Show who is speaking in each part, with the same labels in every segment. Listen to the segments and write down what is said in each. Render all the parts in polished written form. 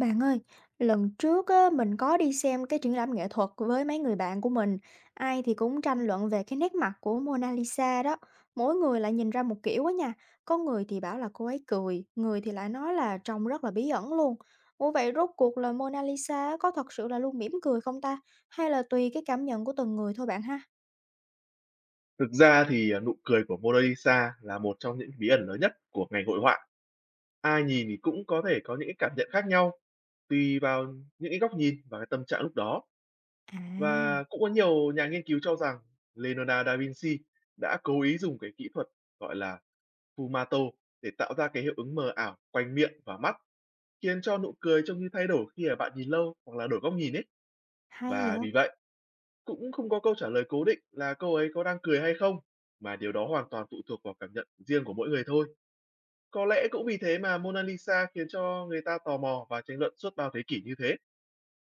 Speaker 1: Bạn ơi, lần trước á, mình có đi xem cái triển lãm nghệ thuật với mấy người bạn của mình. Ai thì cũng tranh luận về cái nét mặt của Mona Lisa đó. Mỗi người lại nhìn ra một kiểu á nha. Có người thì bảo là cô ấy cười, người thì lại nói là trông rất là bí ẩn luôn. Ủa vậy rốt cuộc là Mona Lisa có thật sự là luôn mỉm cười không ta? Hay là tùy cái cảm nhận của từng người thôi bạn ha?
Speaker 2: Thực ra thì, nụ cười của Mona Lisa là một trong những bí ẩn lớn nhất của ngành hội họa. Ai nhìn thì cũng có thể có những cái cảm nhận khác nhau, tùy vào những cái góc nhìn và cái tâm trạng lúc đó.
Speaker 1: À,
Speaker 2: Và cũng có nhiều nhà nghiên cứu cho rằng Leonardo da Vinci đã cố ý dùng cái kỹ thuật gọi là Fumato để tạo ra cái hiệu ứng mờ ảo quanh miệng và mắt, khiến cho nụ cười trông như thay đổi khi mà bạn nhìn lâu hoặc là đổi góc nhìn ấy.
Speaker 1: hay
Speaker 2: Và
Speaker 1: vậy.
Speaker 2: vì vậy cũng không có câu trả lời cố định là cô ấy có đang cười hay không, mà điều đó hoàn toàn phụ thuộc vào cảm nhận riêng của mỗi người thôi. Có lẽ cũng vì thế mà Mona Lisa khiến cho người ta tò mò và tranh luận suốt bao thế kỷ như thế.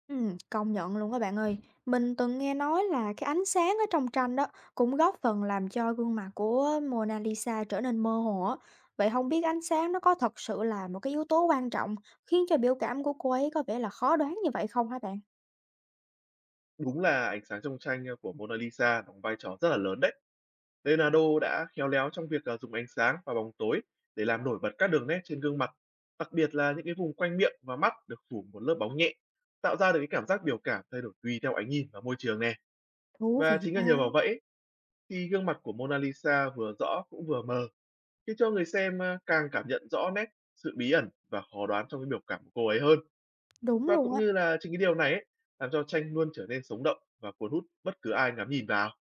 Speaker 1: Công nhận luôn các bạn ơi. Mình từng nghe nói là cái ánh sáng ở trong tranh đó cũng góp phần làm cho gương mặt của Mona Lisa trở nên mơ hồ á. Vậy không biết ánh sáng nó có thật sự là một cái yếu tố quan trọng khiến cho biểu cảm của cô ấy có vẻ là khó đoán như vậy không hả bạn?
Speaker 2: Đúng là ánh sáng trong tranh của Mona Lisa đóng vai trò rất là lớn đấy. Leonardo đã khéo léo trong việc dùng ánh sáng và bóng tối để làm nổi bật các đường nét trên gương mặt, đặc biệt là những cái vùng quanh miệng và mắt được phủ một lớp bóng nhẹ, tạo ra được cái cảm giác biểu cảm thay đổi tùy theo ánh nhìn và môi trường này.
Speaker 1: Thú
Speaker 2: Và
Speaker 1: vị
Speaker 2: chính là nhờ
Speaker 1: ta.
Speaker 2: vào vậy thì gương mặt của Mona Lisa vừa rõ cũng vừa mờ, khiến cho người xem, càng cảm nhận rõ nét sự bí ẩn và khó đoán trong cái biểu cảm của cô ấy hơn.
Speaker 1: Đúng
Speaker 2: Và
Speaker 1: luôn
Speaker 2: cũng
Speaker 1: á.
Speaker 2: như là chính cái điều này ấy, làm cho tranh luôn trở nên sống động và cuốn hút bất cứ ai ngắm nhìn vào.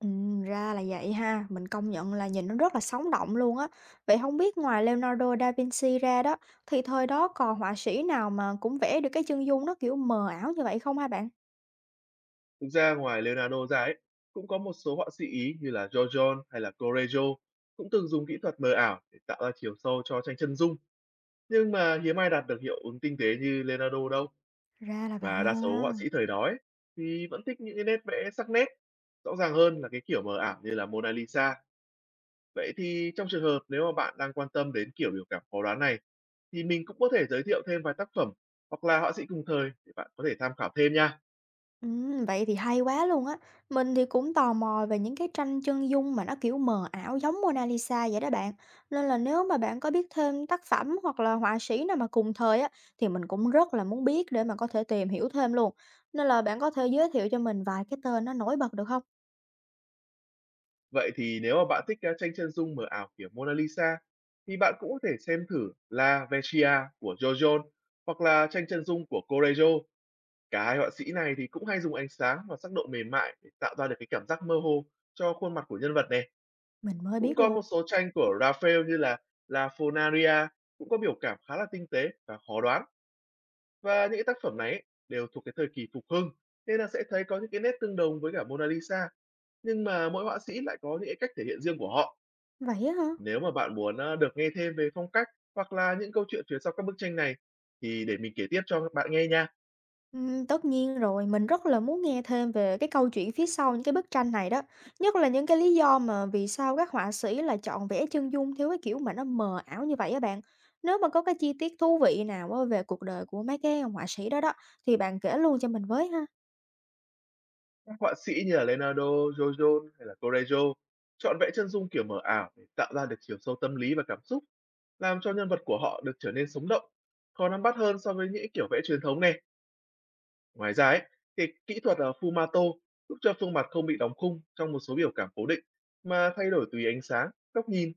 Speaker 1: Ra là vậy ha. Mình công nhận là nhìn nó rất là sống động luôn á. Vậy không biết ngoài Leonardo da Vinci ra đó thì thời đó còn họa sĩ nào mà cũng vẽ được cái chân dung nó kiểu mờ ảo như vậy không hả bạn?
Speaker 2: Thực ra ngoài Leonardo ra ấy, cũng có một số họa sĩ Ý như là Giorgione hay là Correggio cũng từng dùng kỹ thuật mờ ảo để tạo ra chiều sâu cho tranh chân dung, nhưng mà hiếm ai đạt được hiệu ứng tinh tế như Leonardo đâu.
Speaker 1: Ra là vậy
Speaker 2: Và đa số
Speaker 1: ha.
Speaker 2: họa sĩ thời đó ấy, thì vẫn thích những cái nét vẽ sắc nét, rõ ràng hơn là cái kiểu mờ ảo như là Mona Lisa. Vậy thì trong trường hợp nếu mà bạn đang quan tâm đến kiểu biểu cảm khó đoán này, thì mình cũng có thể giới thiệu thêm vài tác phẩm hoặc là họa sĩ cùng thời để bạn có thể tham khảo thêm nha.
Speaker 1: Vậy thì hay quá luôn á. Mình thì cũng tò mò về những cái tranh chân dung mà nó kiểu mờ ảo giống Mona Lisa vậy đó bạn. Nên là nếu mà bạn có biết thêm tác phẩm hoặc là họa sĩ nào mà cùng thời á thì mình cũng rất là muốn biết để mà có thể tìm hiểu thêm luôn. Nên là bạn có thể giới thiệu cho mình vài cái tên nó nổi bật được không?
Speaker 2: Vậy thì nếu mà bạn thích cái tranh chân dung mờ ảo kiểu Mona Lisa, thì bạn cũng có thể xem thử La Vecchia của Giorgione hoặc là tranh chân dung của Correggio. Cả hai họa sĩ này thì cũng hay dùng ánh sáng và sắc độ mềm mại để tạo ra được cái cảm giác mơ hồ cho khuôn mặt của nhân vật này.
Speaker 1: Mình mới
Speaker 2: Cũng
Speaker 1: biết
Speaker 2: có
Speaker 1: luôn.
Speaker 2: một số tranh của Raphael như là La Fonaria cũng có biểu cảm khá là tinh tế và khó đoán. Và những cái tác phẩm này ấy, đều thuộc cái thời kỳ phục hưng nên là sẽ thấy có những cái nét tương đồng với cả Mona Lisa. Nhưng mà mỗi họa sĩ lại có những cái cách thể hiện riêng của họ.
Speaker 1: Vậy á hả?
Speaker 2: Nếu mà bạn muốn được nghe thêm về phong cách hoặc là những câu chuyện phía sau các bức tranh này thì để mình kể tiếp cho các bạn nghe nha.
Speaker 1: Tất nhiên rồi, mình rất là muốn nghe thêm về cái câu chuyện phía sau những cái bức tranh này đó, nhất là những cái lý do mà vì sao các họa sĩ là chọn vẽ chân dung theo cái kiểu mà nó mờ ảo như vậy á bạn. Nếu mà có cái chi tiết thú vị nào á về cuộc đời của mấy cái họa sĩ đó đó thì bạn kể luôn cho mình với ha.
Speaker 2: Các họa sĩ như là Leonardo, Giorgione hay là Correggio chọn vẽ chân dung kiểu mờ ảo để tạo ra được chiều sâu tâm lý và cảm xúc, làm cho nhân vật của họ được trở nên sống động, khó nắm bắt hơn so với những kiểu vẽ truyền thống này. Ngoài ra ấy, thì kỹ thuật Fumato giúp cho phương mặt không bị đóng khung trong một số biểu cảm cố định mà thay đổi tùy ánh sáng, góc nhìn,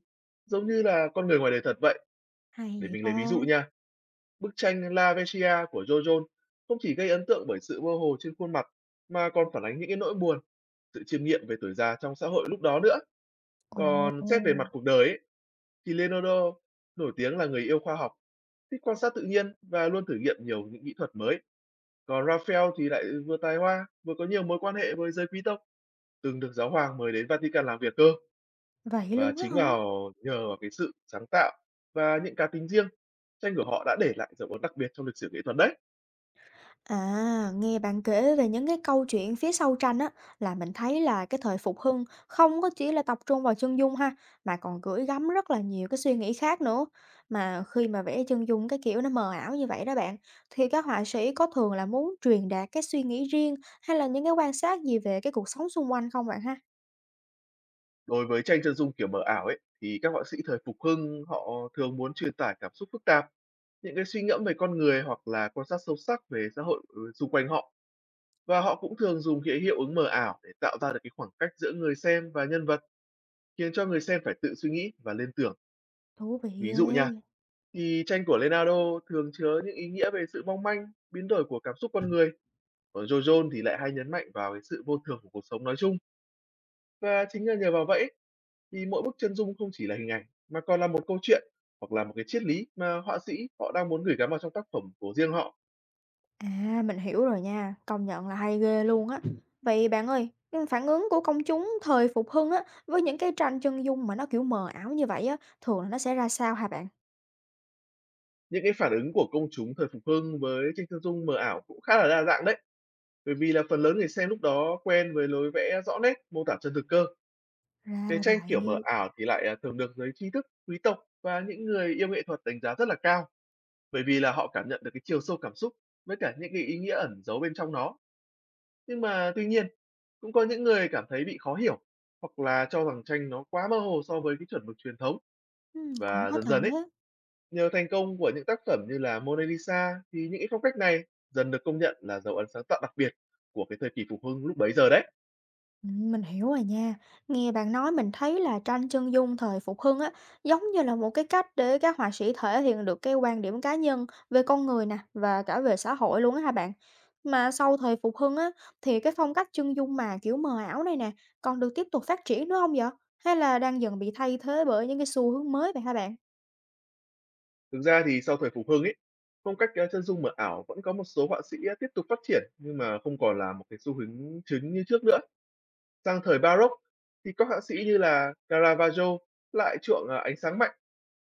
Speaker 2: giống như là con người ngoài đời thật vậy.
Speaker 1: Hay
Speaker 2: Để
Speaker 1: vậy
Speaker 2: mình
Speaker 1: ta.
Speaker 2: lấy ví dụ nha, bức tranh La Vecchia của Giorgione không chỉ gây ấn tượng bởi sự mơ hồ trên khuôn mặt mà còn phản ánh những cái nỗi buồn, sự chiêm nghiệm về tuổi già trong xã hội lúc đó nữa. Còn xét về
Speaker 1: Ồ,
Speaker 2: mặt cuộc đời ấy, thì Leonardo nổi tiếng là người yêu khoa học, thích quan sát tự nhiên và luôn thử nghiệm nhiều những kỹ thuật mới. Còn Raphael thì lại vừa tài hoa, vừa có nhiều mối quan hệ với giới quý tộc, từng được giáo hoàng mời đến Vatican làm việc cơ.
Speaker 1: vậy
Speaker 2: Và
Speaker 1: luôn á
Speaker 2: chính
Speaker 1: hả?
Speaker 2: vào nhờ vào cái sự sáng tạo và những cá tính riêng, tranh của họ đã để lại dấu ấn đặc biệt trong lịch sử nghệ thuật đấy.
Speaker 1: À, nghe bạn kể về những cái câu chuyện phía sau tranh á, là mình thấy là cái thời Phục Hưng không có chỉ là tập trung vào chân dung ha, mà còn gửi gắm rất là nhiều cái suy nghĩ khác nữa. Mà khi mà vẽ chân dung cái kiểu nó mờ ảo như vậy đó bạn, thì các họa sĩ có thường là muốn truyền đạt cái suy nghĩ riêng hay là những cái quan sát gì về cái cuộc sống xung quanh không bạn ha?
Speaker 2: Đối với tranh chân dung kiểu mờ ảo ấy, thì các họa sĩ thời Phục Hưng họ thường muốn truyền tải cảm xúc phức tạp, những cái suy ngẫm về con người hoặc là quan sát sâu sắc về xã hội, xung quanh họ. Và họ cũng thường dùng cái hiệu ứng mờ ảo để tạo ra được cái khoảng cách giữa người xem và nhân vật, khiến cho người xem phải tự suy nghĩ và liên tưởng.
Speaker 1: Thú vị
Speaker 2: Ví dụ
Speaker 1: ghê.
Speaker 2: nha, thì tranh của Leonardo thường chứa những ý nghĩa về sự mong manh, biến đổi của cảm xúc con người. Còn Giorgione thì lại hay nhấn mạnh vào cái sự vô thường của cuộc sống nói chung. Và chính là nhờ vào vậy thì mỗi bức chân dung không chỉ là hình ảnh mà còn là một câu chuyện hoặc là một cái triết lý mà họa sĩ họ đang muốn gửi gắm vào trong tác phẩm của riêng họ.
Speaker 1: À, mình hiểu rồi nha, công nhận là hay ghê luôn á. Vậy bạn ơi, nhưng phản ứng của công chúng thời Phục Hưng á với những cái tranh chân dung mà nó kiểu mờ ảo như vậy á, thường là nó sẽ ra sao hả bạn?
Speaker 2: Những cái phản ứng của công chúng thời Phục Hưng với tranh chân dung mờ ảo cũng khá là đa dạng đấy, bởi vì là phần lớn người xem lúc đó quen với lối vẽ rõ nét, mô tả chân thực cơ.
Speaker 1: Ra
Speaker 2: Cái
Speaker 1: là
Speaker 2: tranh kiểu mờ
Speaker 1: vậy.
Speaker 2: ảo thì lại à, thường được giới trí thức, quý tộc và những người yêu nghệ thuật đánh giá rất là cao, bởi vì là họ cảm nhận được cái chiều sâu cảm xúc với cả những cái ý nghĩa ẩn giấu bên trong nó. Nhưng mà tuy nhiên, cũng có những người cảm thấy bị khó hiểu hoặc là cho rằng tranh nó quá mơ hồ so với cái chuẩn mực truyền thống.
Speaker 1: Cũng
Speaker 2: Và
Speaker 1: có
Speaker 2: dần
Speaker 1: thể.
Speaker 2: dần ấy, nhờ thành công của những tác phẩm như là Mona Lisa thì những cái phong cách này dần được công nhận là dấu ấn sáng tạo đặc biệt của cái thời kỳ phục hưng lúc bấy giờ đấy.
Speaker 1: Mình hiểu rồi nha. Nghe bạn nói mình thấy là tranh chân dung thời Phục Hưng á, giống như là một cái cách để các họa sĩ thể hiện được cái quan điểm cá nhân về con người nè và cả về xã hội luôn á ha bạn. Mà sau thời Phục Hưng á, thì cái phong cách chân dung mà kiểu mờ ảo này nè, còn được tiếp tục phát triển nữa không vậy? Hay là đang dần bị thay thế bởi những cái xu hướng mới vậy hả bạn?
Speaker 2: Thực ra thì sau thời phục hưng ấy, phong cách chân dung mờ ảo vẫn có một số họa sĩ tiếp tục phát triển nhưng mà không còn là một cái xu hướng chính như trước nữa. Sang thời Baroque thì các họa sĩ như là Caravaggio lại chuộng, ánh sáng mạnh,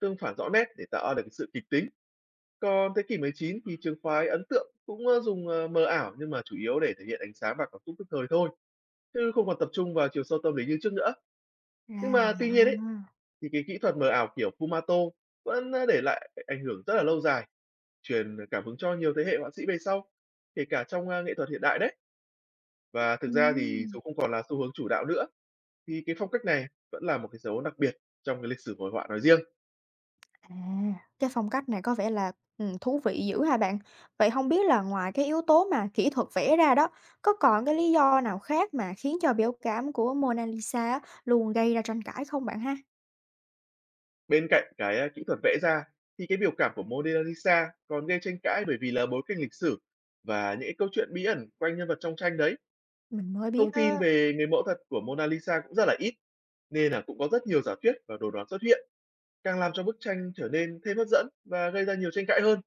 Speaker 2: tương phản rõ nét để tạo được cái sự kịch tính. Còn thế kỷ 19 thì trường phái ấn tượng cũng, dùng, mờ ảo nhưng mà chủ yếu để thể hiện ánh sáng và cảm xúc tức thời thôi, chứ không còn tập trung vào chiều sâu tâm lý như trước nữa. Nhưng
Speaker 1: Ra là
Speaker 2: mà tuy
Speaker 1: vậy
Speaker 2: nhiên
Speaker 1: ha.
Speaker 2: ấy, thì cái kỹ thuật mờ ảo kiểu Fumato vẫn, để lại ảnh hưởng rất là lâu dài, truyền cảm hứng cho nhiều thế hệ họa sĩ về sau, kể cả trong, nghệ thuật hiện đại đấy. Và thực ra thì
Speaker 1: Ừm.
Speaker 2: số không còn là xu hướng chủ đạo nữa, thì cái phong cách này vẫn là một cái dấu đặc biệt trong cái lịch sử hội họa nói riêng.
Speaker 1: À, cái phong cách này có vẻ là, thú vị dữ ha bạn. Vậy không biết là ngoài cái yếu tố mà kỹ thuật vẽ ra đó, có còn cái lý do nào khác mà khiến cho biểu cảm của Mona Lisa á luôn gây ra tranh cãi không bạn ha?
Speaker 2: Bên cạnh cái, kỹ thuật vẽ ra thì cái biểu cảm của Mona Lisa còn gây tranh cãi bởi vì là bối cảnh lịch sử và những cái câu chuyện bí ẩn quanh nhân vật trong tranh đấy.
Speaker 1: Mình mới biết
Speaker 2: Thông tin
Speaker 1: á.
Speaker 2: về người mẫu thật của Mona Lisa cũng rất là ít, nên là cũng có rất nhiều giả thuyết và đồn đoán xuất hiện, càng làm cho bức tranh trở nên thêm hấp dẫn và gây ra nhiều tranh cãi hơn.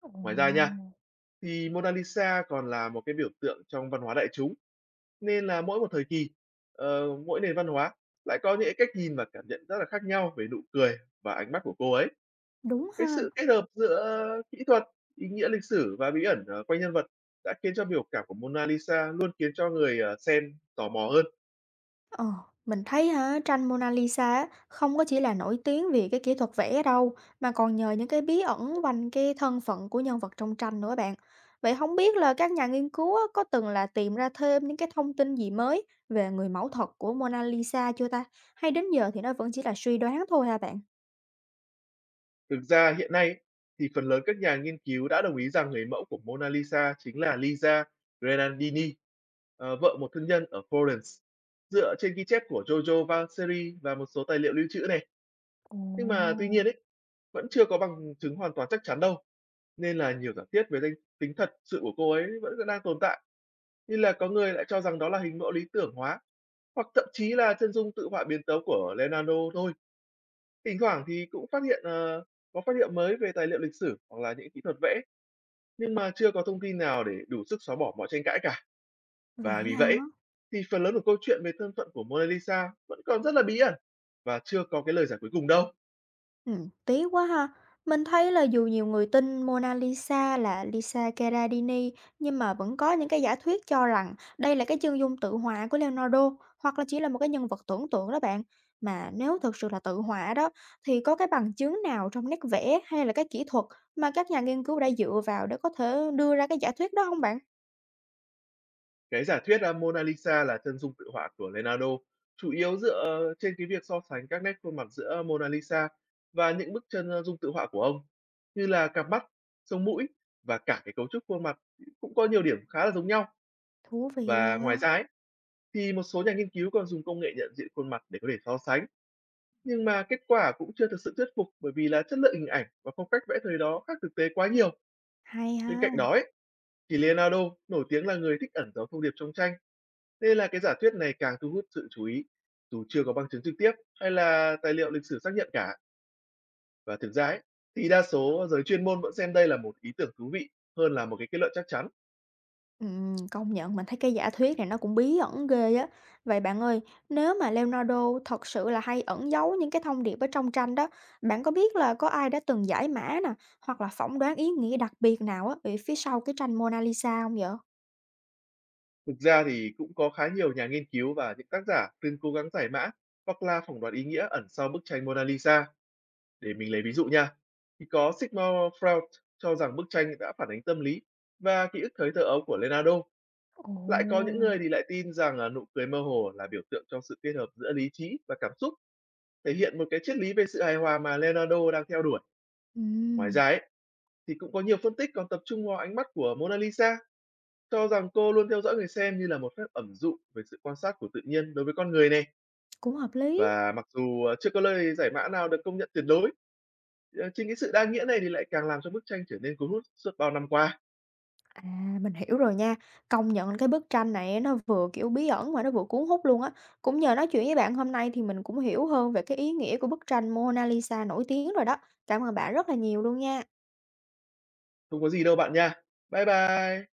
Speaker 1: Ồ,
Speaker 2: Ngoài ra nha, thì Mona Lisa còn là một cái biểu tượng trong văn hóa đại chúng. Nên là mỗi một thời kỳ, mỗi nền văn hóa lại có những cách nhìn và cảm nhận rất là khác nhau về nụ cười và ánh mắt của cô ấy.
Speaker 1: đúng ha.
Speaker 2: Cái sự kết hợp giữa kỹ thuật, ý nghĩa lịch sử và bí ẩn, quanh nhân vật đã khiến cho biểu cảm của Mona Lisa luôn khiến cho người, xem tò mò hơn.
Speaker 1: Ờ, mình thấy hả, tranh Mona Lisa á, không có chỉ là nổi tiếng vì cái kỹ thuật vẽ đâu, mà còn nhờ những cái bí ẩn quanh cái thân phận của nhân vật trong tranh nữa bạn. Vậy không biết là các nhà nghiên cứu á, có từng là tìm ra thêm những cái thông tin gì mới về người mẫu thật của Mona Lisa chưa ta? Hay đến giờ thì nó vẫn chỉ là suy đoán thôi hả bạn?
Speaker 2: Thực ra hiện nay ấy, thì phần lớn các nhà nghiên cứu đã đồng ý rằng người mẫu của Mona Lisa chính là Lisa Grenadini, vợ một thương nhân ở Florence, dựa trên ghi chép của Giorgio Vasari và một số tài liệu lưu trữ này. Nhưng mà tuy nhiên ấy, vẫn chưa có bằng chứng hoàn toàn chắc chắn đâu, nên là nhiều giả thiết về danh tính thật sự của cô ấy vẫn đang tồn tại. Như là có người lại cho rằng đó là hình mẫu lý tưởng hóa, hoặc thậm chí là chân dung tự họa biến tấu của Leonardo thôi. Thỉnh thoảng thì cũng phát hiện ờ, Có phát hiện mới về tài liệu lịch sử hoặc là những kỹ thuật vẽ, nhưng mà chưa có thông tin nào để đủ sức xóa bỏ mọi tranh cãi cả.
Speaker 1: Vậy
Speaker 2: Và vì
Speaker 1: hả?
Speaker 2: vậy thì phần lớn của câu chuyện về thân phận của Mona Lisa vẫn còn rất là bí ẩn và chưa có cái lời giải cuối cùng đâu.
Speaker 1: Tiếc quá ha. Mình thấy là dù nhiều người tin Mona Lisa là Lisa Gherardini, nhưng mà vẫn có những cái giả thuyết cho rằng đây là cái chân dung tự họa của Leonardo, hoặc là chỉ là một cái nhân vật tưởng tượng đó bạn. Mà nếu thực sự là tự họa đó, thì có cái bằng chứng nào trong nét vẽ hay là cái kỹ thuật mà các nhà nghiên cứu đã dựa vào để có thể đưa ra cái giả thuyết đó không bạn?
Speaker 2: Cái giả thuyết, Mona Lisa là chân dung tự họa của Leonardo, chủ yếu dựa trên cái việc so sánh các nét khuôn mặt giữa Mona Lisa và những bức chân, dung tự họa của ông, như là cặp mắt, sống mũi và cả cái cấu trúc khuôn mặt cũng có nhiều điểm khá là giống nhau.
Speaker 1: Thú vị
Speaker 2: Và
Speaker 1: ha,
Speaker 2: ngoài ra ấy, thì một số nhà nghiên cứu còn dùng công nghệ nhận diện khuôn mặt để có thể so sánh, nhưng mà kết quả cũng chưa thực sự thuyết phục bởi vì là chất lượng hình ảnh và phong cách vẽ thời đó khác thực tế quá nhiều.
Speaker 1: hay
Speaker 2: Bên cạnh
Speaker 1: ha.
Speaker 2: đó ấy, thì Leonardo nổi tiếng là người thích ẩn giấu thông điệp trong tranh. Nên là cái giả thuyết này càng thu hút sự chú ý, dù chưa có bằng chứng trực tiếp hay là tài liệu lịch sử xác nhận cả. Và thực ra ấy, thì đa số giới chuyên môn vẫn xem đây là một ý tưởng thú vị hơn là một cái kết luận chắc chắn.
Speaker 1: Công nhận mình thấy cái giả thuyết này nó cũng bí ẩn ghê á. Vậy bạn ơi, nếu mà Leonardo thật sự là hay ẩn giấu những cái thông điệp ở trong tranh đó, bạn có biết là có ai đã từng giải mã nè, hoặc là phỏng đoán ý nghĩa đặc biệt nào á ở phía sau cái tranh Mona Lisa không vậy?
Speaker 2: Thực ra thì cũng có khá nhiều nhà nghiên cứu và những tác giả từng cố gắng giải mã hoặc là phỏng đoán ý nghĩa ẩn sau bức tranh Mona Lisa. Để mình lấy ví dụ nha. Thì có Sigmund Freud cho rằng bức tranh đã phản ánh tâm lý và ký ức thời thơ ấu của Leonardo. Lại có những
Speaker 1: Ồ.
Speaker 2: người thì lại tin rằng nụ cười mơ hồ là biểu tượng cho sự kết hợp giữa lý trí và cảm xúc, thể hiện một cái triết lý về sự hài hòa mà Leonardo đang theo đuổi. Ngoài
Speaker 1: Ừm,
Speaker 2: ra ấy, thì cũng có nhiều phân tích còn tập trung vào ánh mắt của Mona Lisa, cho rằng cô luôn theo dõi người xem như là một phép ẩm dụ về sự quan sát của tự nhiên đối với con người này.
Speaker 1: Cũng hợp lý.
Speaker 2: Và mặc dù chưa có lời giải mã nào được công nhận tuyệt đối, chính cái sự đa nghĩa này thì lại càng làm cho bức tranh trở nên cuốn hút suốt bao năm qua.
Speaker 1: À, mình hiểu rồi nha. Công nhận cái bức tranh này nó vừa, kiểu, bí ẩn mà nó vừa cuốn hút luôn á. Cũng nhờ nói chuyện với bạn hôm nay thì mình cũng hiểu hơn về cái ý nghĩa của bức tranh Mona Lisa nổi tiếng rồi đó. Cảm ơn bạn rất là nhiều luôn nha.
Speaker 2: Không có gì đâu bạn nha. Bye bye.